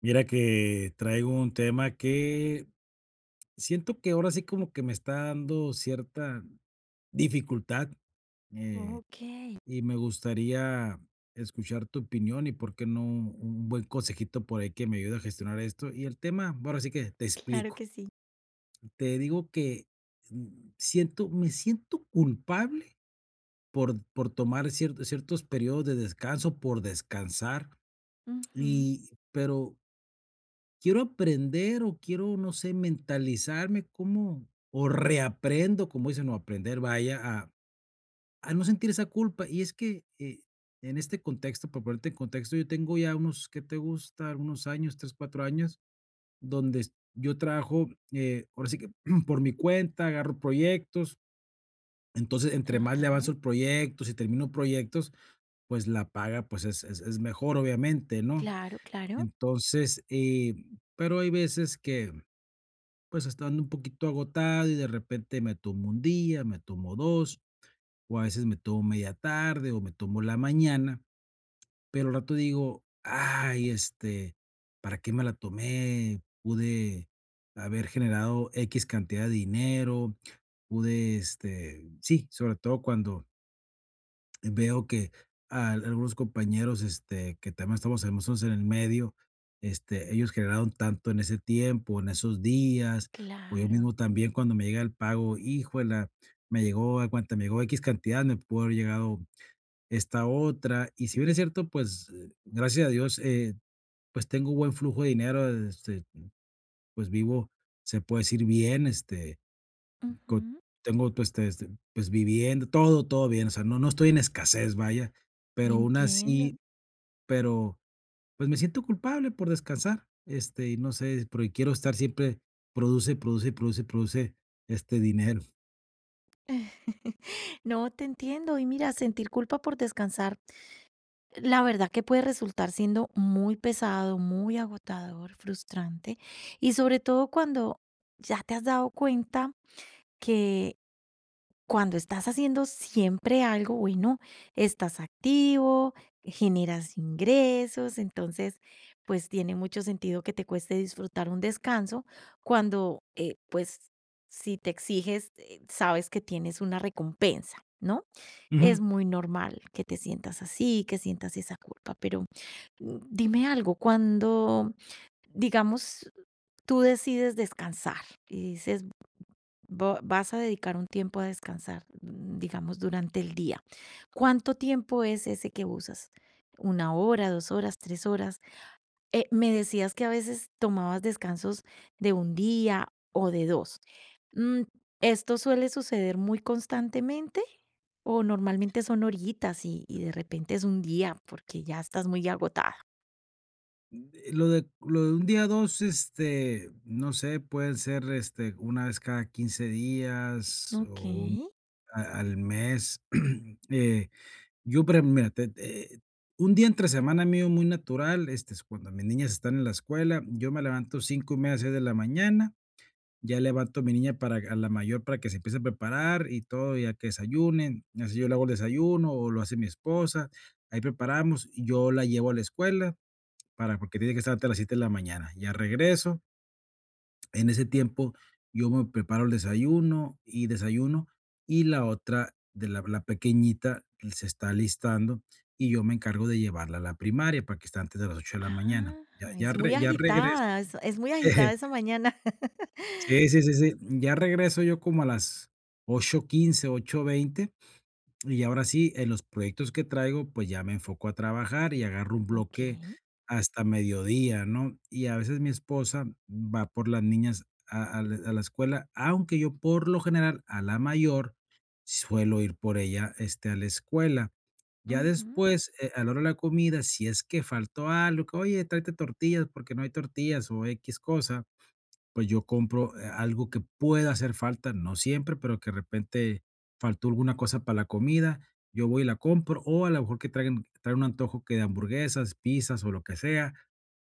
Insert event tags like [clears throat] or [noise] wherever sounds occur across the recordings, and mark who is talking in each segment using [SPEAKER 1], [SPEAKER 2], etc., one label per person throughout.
[SPEAKER 1] Mira que traigo un tema que siento que ahora sí como que me está dando cierta dificultad eh,
[SPEAKER 2] Okey,
[SPEAKER 1] y me gustaría escuchar tu opinión y por qué no un buen consejito por ahí que me ayude a gestionar esto. Y el tema, bueno, ahora sí que te
[SPEAKER 2] claro
[SPEAKER 1] explico.
[SPEAKER 2] que sí.
[SPEAKER 1] Te digo que me siento culpable por tomar ciertos periodos de descanso, por descansar,
[SPEAKER 2] Ujú,
[SPEAKER 1] pero quiero aprender o quiero, no sé, mentalizarme, ¿cómo? O reaprendo, como dicen, no aprender, vaya, a no sentir esa culpa. Y es que en este contexto, para ponerte en contexto, yo tengo ya unos, ¿qué te gusta? Algunos años, tres, cuatro años, donde yo trabajo, ahora sí que [clears throat] por mi cuenta, agarro proyectos. Entonces, entre más le
[SPEAKER 2] ajá.
[SPEAKER 1] avanzo el proyecto, si termino proyectos, pues la paga, pues es mejor, obviamente, ¿no?
[SPEAKER 2] Claro, claro,
[SPEAKER 1] Entonces, pero hay veces que pues, estando un poquito agotado y de repente me tomo un día, me tomo 2 o a veces me tomo media tarde o me tomo la mañana, pero al rato digo: "Ay, este, ¿para qué me la tomé? Pude haber generado x cantidad de dinero, pude, este", sí, sobre todo cuando veo que al algunos compañeros, este, que también estamos en nosotros en el medio, este, ellos generaron tanto en ese tiempo, en esos días, o yo
[SPEAKER 2] claro.
[SPEAKER 1] mismo también cuando me llega el pago, híjole, me llegó X cantidad, me pudo haber llegado esta otra. Y si bien es cierto, pues, gracias a Dios, pues tengo buen flujo de dinero, este, pues vivo, se puede decir bien, este, Co
[SPEAKER 2] Ujú,
[SPEAKER 1] tengo, pues, te este, pues, vivienda, todo, todo bien, o sea, no estoy en escasez, vaya, pero aún
[SPEAKER 2] entiendo.
[SPEAKER 1] así pero, pues, me siento culpable por descansar, este, y no sé, porque quiero estar siempre produce, produce, produce, produce, este, dinero.
[SPEAKER 2] [laughs] No, te entiendo. Y mira, sentir culpa por descansar, la verdad que puede resultar siendo muy pesado, muy agotador, frustrante, y sobre todo cuando ya te has dado cuenta que cuando estás haciendo siempre algo, bueno, estás activo, generas ingresos, entonces, pues tiene mucho sentido que te cueste disfrutar un descanso cuando, pues, si te exiges, sabes que tienes una recompensa, ¿no? Es
[SPEAKER 1] Ujú.
[SPEAKER 2] muy normal que te sientas así, que sientas esa culpa, pero dime algo, cuando, digamos, tú decides descansar y dices, Vo vas a dedicar un tiempo a descansar, digamos, durante el día. ¿Cuánto tiempo es ese que usas? ¿Una hora, 2 horas, 3 horas? Me decías que a veces tomabas descansos de un día o de 2. Mm, ¿Esto suele suceder muy constantemente o normalmente son horitas y de repente es un día porque ya estás muy agotada?
[SPEAKER 1] Lo de un día, a 2 este, no sé, pueden ser, este, una vez cada 15 días o un
[SPEAKER 2] Okey.
[SPEAKER 1] a al mes, [clears throat] eh Yo, pre mira, te te un día entre semana mío muy natural, este, es cuando mis niñas están en la escuela, yo me levanto 5:30 6 de la mañana, ya levanto a mi niña para a la mayor para que se empiece a preparar y todo, ya que desayunen, así yo le hago el desayuno o lo hace mi esposa, ahí preparamos, y yo la llevo a la escuela para porque tiene que estar antes de las 7 de la mañana, ya regreso, en ese tiempo, yo me preparo el desayuno y desayuno, y la otra de la pequeñita se está alistando, y yo me encargo de llevarla a la primaria, para que esté antes de las 8 de la mañana.
[SPEAKER 2] Ah,
[SPEAKER 1] Ya ya
[SPEAKER 2] es muy
[SPEAKER 1] re ya regreso.
[SPEAKER 2] agitada, es muy agitada
[SPEAKER 1] [laughs]
[SPEAKER 2] esa mañana. [laughs]
[SPEAKER 1] Sí, sí, sí, sí. Ya regreso yo como a las 8:15 8:20, y ahora sí, en los proyectos que traigo, pues ya me enfoco a trabajar y agarro un bloque
[SPEAKER 2] Okey.
[SPEAKER 1] hasta mediodía, ¿no? Y a veces mi esposa va por las niñas a la escuela, aunque yo por lo general a la mayor suelo ir por ella este, a la escuela. Ya
[SPEAKER 2] Ujú.
[SPEAKER 1] después, a la hora de la comida, si es que faltó algo, que, oye, tráete tortillas porque no hay tortillas o X cosa, pues yo compro, algo que pueda hacer falta, no siempre, pero que de repente faltó alguna cosa para la comida, yo voy y la compro, o a lo mejor que traigan, traen un antojo que de hamburguesas, pizzas o lo que sea,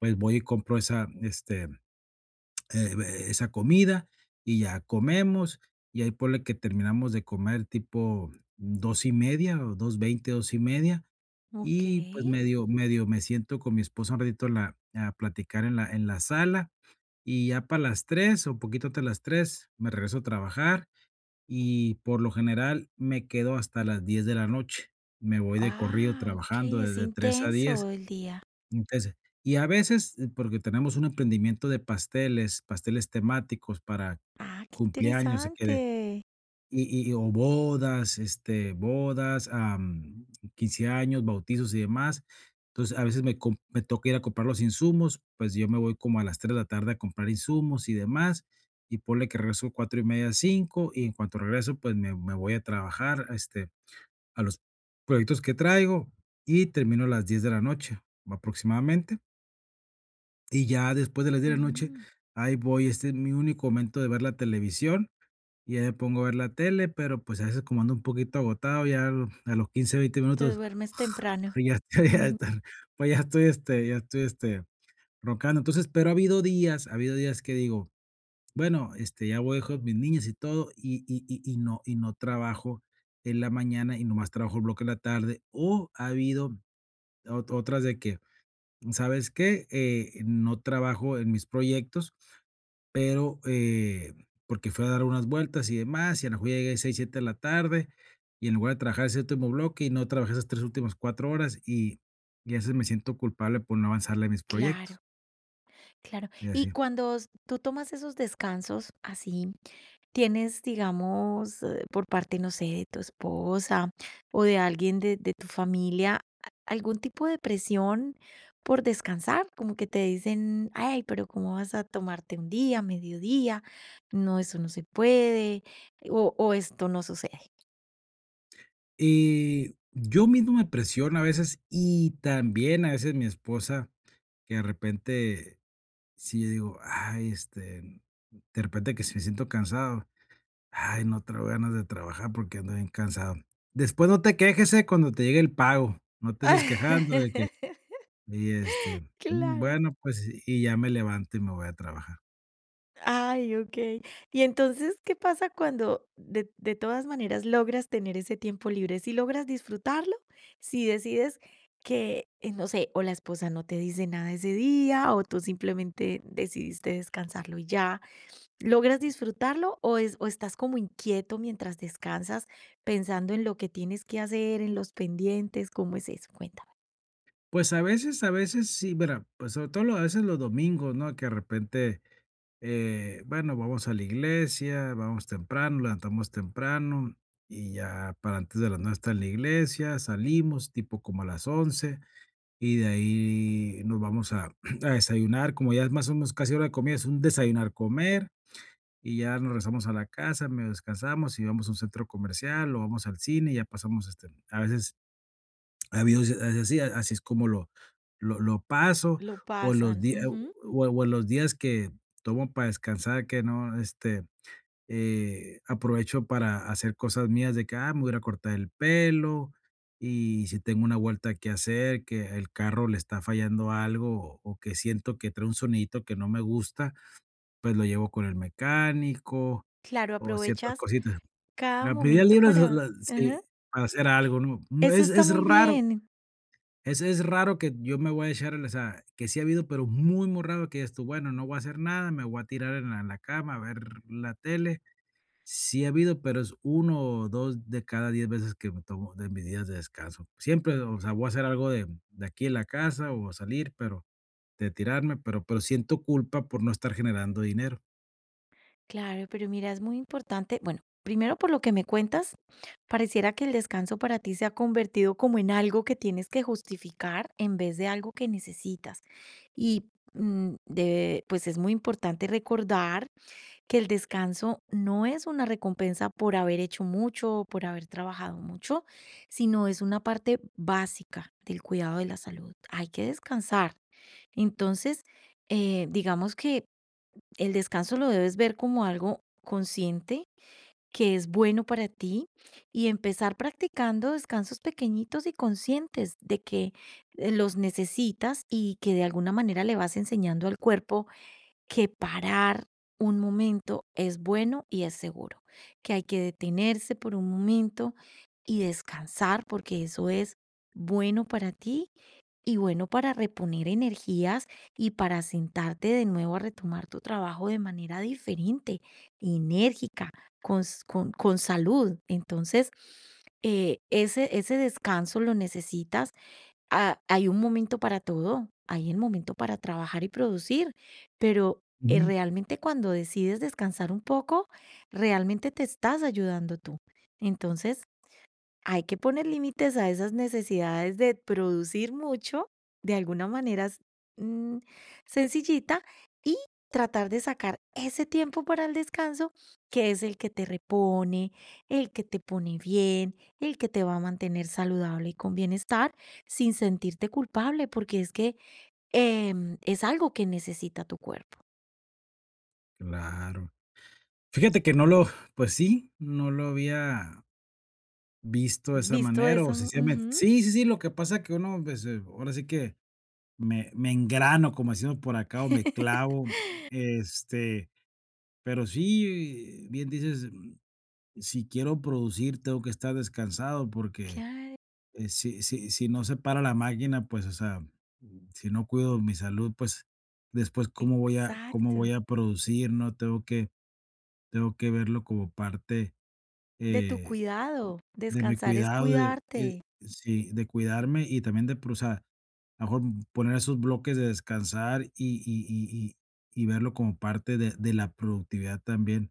[SPEAKER 1] pues voy y compro esa, este, [tsk] esa comida y ya comemos, y ahí ponle que terminamos de comer tipo 2:30 o 2:20, 2:30, y pues
[SPEAKER 2] Okey.
[SPEAKER 1] medio me siento con mi esposa un ratito en la a platicar en la sala, y ya para las 3 o poquito antes de las 3 me regreso a trabajar, y por lo general me quedo hasta las 10 de la noche. Me voy de corrido
[SPEAKER 2] Ah,
[SPEAKER 1] trabajando
[SPEAKER 2] okey, es
[SPEAKER 1] desde 3 a 10.
[SPEAKER 2] intenso el día.
[SPEAKER 1] Entonces y a veces, porque tenemos un emprendimiento de pasteles, pasteles temáticos para
[SPEAKER 2] Ah, qué
[SPEAKER 1] cumpleaños, que de
[SPEAKER 2] interesante.
[SPEAKER 1] y o bodas, este, bodas, 15 años, bautizos y demás. Entonces, a veces me toca ir a comprar los insumos, pues, yo me voy como a las 3 de la tarde a comprar insumos y demás, y ponle que regreso 4:30, 5 y en cuanto regreso, pues, me voy a trabajar, este, a los proyectos que traigo, y termino a las 10 de la noche, aproximadamente. Y ya después de las 10 de la noche,
[SPEAKER 2] Mm,
[SPEAKER 1] ahí voy, este es mi único momento de ver la televisión y ya me pongo a ver la tele, pero, pues, a veces como ando un poquito agotado, ya lo a los 15 20
[SPEAKER 2] te
[SPEAKER 1] minutos,
[SPEAKER 2] duermes temprano.
[SPEAKER 1] [laughs] ya estoy ya
[SPEAKER 2] Ujú,
[SPEAKER 1] estar pues, ya estoy, ya estoy, este, roncando. Entonces, pero ha habido días que digo: "Bueno, este, ya voy a dejar mis niñas y todo", no no trabajo en la mañana y nomás trabajo el bloque en la tarde, o ha habido ot otras de que, ¿sabes qué? No trabajo en mis proyectos pero, porque fue a dar unas vueltas y demás, y a lo mejor ya llegué 6 7 de la tarde, y en lugar de trabajar ese último bloque, y no trabajé esas 3 últimas 4 horas, y a veces me siento culpable por no avanzarle a mis proyectos,
[SPEAKER 2] claro. Claro.
[SPEAKER 1] y
[SPEAKER 2] Y
[SPEAKER 1] así.
[SPEAKER 2] cuando tú tomas esos descansos así, tienes, digamos, por parte, no sé, de tu esposa o de alguien de tu familia, algún tipo de presión por descansar, como que te dicen, ay, pero ¿cómo vas a tomarte un día, mediodía? No, eso no se puede, o esto no sucede.
[SPEAKER 1] Y yo mismo me presiono a veces, y también a veces mi esposa, que de repente, si yo digo: "Ay, este", de repente que si me siento cansado, Ay, no traigo ganas de trabajar porque ando bien cansado. Después no te quejes, cuando te llegue el pago. No te andes quejando de que
[SPEAKER 2] [laughs]
[SPEAKER 1] y, este,
[SPEAKER 2] Claro.
[SPEAKER 1] bueno, pues, y ya me levanto y me voy a trabajar.
[SPEAKER 2] Ay, okey. Y entonces, ¿qué pasa cuando de todas maneras logras tener ese tiempo libre? ¿Si logras disfrutarlo? Si decides que, no sé, o la esposa no te dice nada ese día, o tú simplemente decidiste descansarlo y ya, ¿logras disfrutarlo o es o estás como inquieto mientras descansas, pensando en lo que tienes que hacer, en los pendientes? ¿Cómo es eso? Cuéntame.
[SPEAKER 1] Pues, a veces sí, mira, pues, sobre todo lo a veces los domingos, ¿no? Que de repente, bueno, vamos a la iglesia, vamos temprano, levantamos temprano, y ya para antes de las 9 está en la iglesia, salimos tipo como a las 11. Y de ahí nos vamos a, [clears throat] a desayunar, como ya es más o menos casi hora de comida, es un desayunar, comer, y ya nos regresamos a la casa, medio descansamos y vamos a un centro comercial o vamos al cine, y ya pasamos, este, a veces, ha habido así, así es como lo paso,
[SPEAKER 2] Lo
[SPEAKER 1] o los
[SPEAKER 2] pasan,
[SPEAKER 1] días,
[SPEAKER 2] ujú.
[SPEAKER 1] o en los días que tomo para descansar, que no, este, aprovecho para hacer cosas mías de que, ah, me voy a ir a cortar el pelo y si tengo una vuelta que hacer, que el carro le está fallando algo o que siento que trae un sonidito que no me gusta, pues lo llevo con el mecánico
[SPEAKER 2] Claro,
[SPEAKER 1] o ciertas
[SPEAKER 2] aprovechas
[SPEAKER 1] cositas.
[SPEAKER 2] cada
[SPEAKER 1] A mis días
[SPEAKER 2] momento
[SPEAKER 1] libres,
[SPEAKER 2] para
[SPEAKER 1] lo sí,
[SPEAKER 2] ajá.
[SPEAKER 1] para hacer algo, ¿no? Mm,
[SPEAKER 2] Eso
[SPEAKER 1] es
[SPEAKER 2] está
[SPEAKER 1] es
[SPEAKER 2] muy
[SPEAKER 1] raro,
[SPEAKER 2] bien.
[SPEAKER 1] es raro que yo me voy a echar, o sea, que sí ha habido, pero muy, muy raro que digas tú, bueno, no voy a hacer nada, me voy a tirar en la cama a ver la tele. Sí ha habido, pero es 1 o 2 de cada 10 veces que me tomo de mis días de descanso. Siempre, o sea, voy a hacer algo de aquí en la casa o salir, pero de tirarme, pero siento culpa por no estar generando dinero.
[SPEAKER 2] Claro, pero mira, es muy importante. Bueno, primero por lo que me cuentas, pareciera que el descanso para ti se ha convertido como en algo que tienes que justificar en vez de algo que necesitas. Y pues es muy importante recordar que el descanso no es una recompensa por haber hecho mucho, por haber trabajado mucho, sino es una parte básica del cuidado de la salud. Hay que descansar. Entonces, digamos que el descanso lo debes ver como algo consciente que es bueno para ti y empezar practicando descansos pequeñitos y conscientes de que los necesitas y que de alguna manera le vas enseñando al cuerpo que parar un momento es bueno y es seguro, que hay que detenerse por un momento y descansar porque eso es bueno para ti y bueno, para reponer energías y para sentarte de nuevo a retomar tu trabajo de manera diferente, enérgica, con salud. Entonces, ese descanso lo necesitas. Ah, hay un momento para todo, hay el momento para trabajar y producir, pero
[SPEAKER 1] Ujú.
[SPEAKER 2] realmente cuando decides descansar un poco, realmente te estás ayudando tú. Entonces, hay que poner límites a esas necesidades de producir mucho, de alguna manera, mm, sencillita, y tratar de sacar ese tiempo para el descanso, que es el que te repone, el que te pone bien, el que te va a mantener saludable y con bienestar, sin sentirte culpable, porque es que es algo que necesita tu cuerpo.
[SPEAKER 1] Claro. Fíjate que no lo pues sí, no lo había visto de esa
[SPEAKER 2] Visto
[SPEAKER 1] manera, o
[SPEAKER 2] eso,
[SPEAKER 1] sencillamente
[SPEAKER 2] ujú.
[SPEAKER 1] sí, sí, sí, lo que pasa que uno, pues, ahora sí que me engrano, como decimos por acá, o me clavo,
[SPEAKER 2] [laughs]
[SPEAKER 1] este, pero sí, bien dices si quiero producir, tengo que estar descansado porque,
[SPEAKER 2] Claro,
[SPEAKER 1] si no se para la máquina, pues, o sea, si no cuido mi salud, pues, después, ¿cómo voy a cómo
[SPEAKER 2] exacto.
[SPEAKER 1] voy a producir?, ¿no? Tengo que verlo como parte,
[SPEAKER 2] De tu
[SPEAKER 1] eh,
[SPEAKER 2] cuidado.
[SPEAKER 1] de mi
[SPEAKER 2] Descansar es
[SPEAKER 1] cuidado, de y
[SPEAKER 2] cuidarte.
[SPEAKER 1] sí, de cuidarme y también de pro o sea, a lo mejor poner esos bloques de descansar verlo como parte de la productividad también.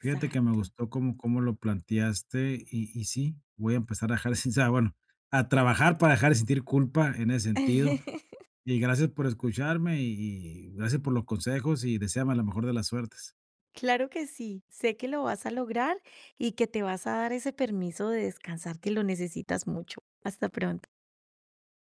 [SPEAKER 1] Fíjate que me gustó cómo lo planteaste y sí, voy a empezar a dejar de [laughs] sen o sea, bueno, a trabajar para dejar de sentir culpa en ese sentido.
[SPEAKER 2] [laughs]
[SPEAKER 1] Y gracias por escucharme y gracias por los consejos y deséame la mejor de las suertes.
[SPEAKER 2] Claro que sí. Sé que lo vas a lograr y que te vas a dar ese permiso de descansar que lo necesitas mucho. Hasta pronto.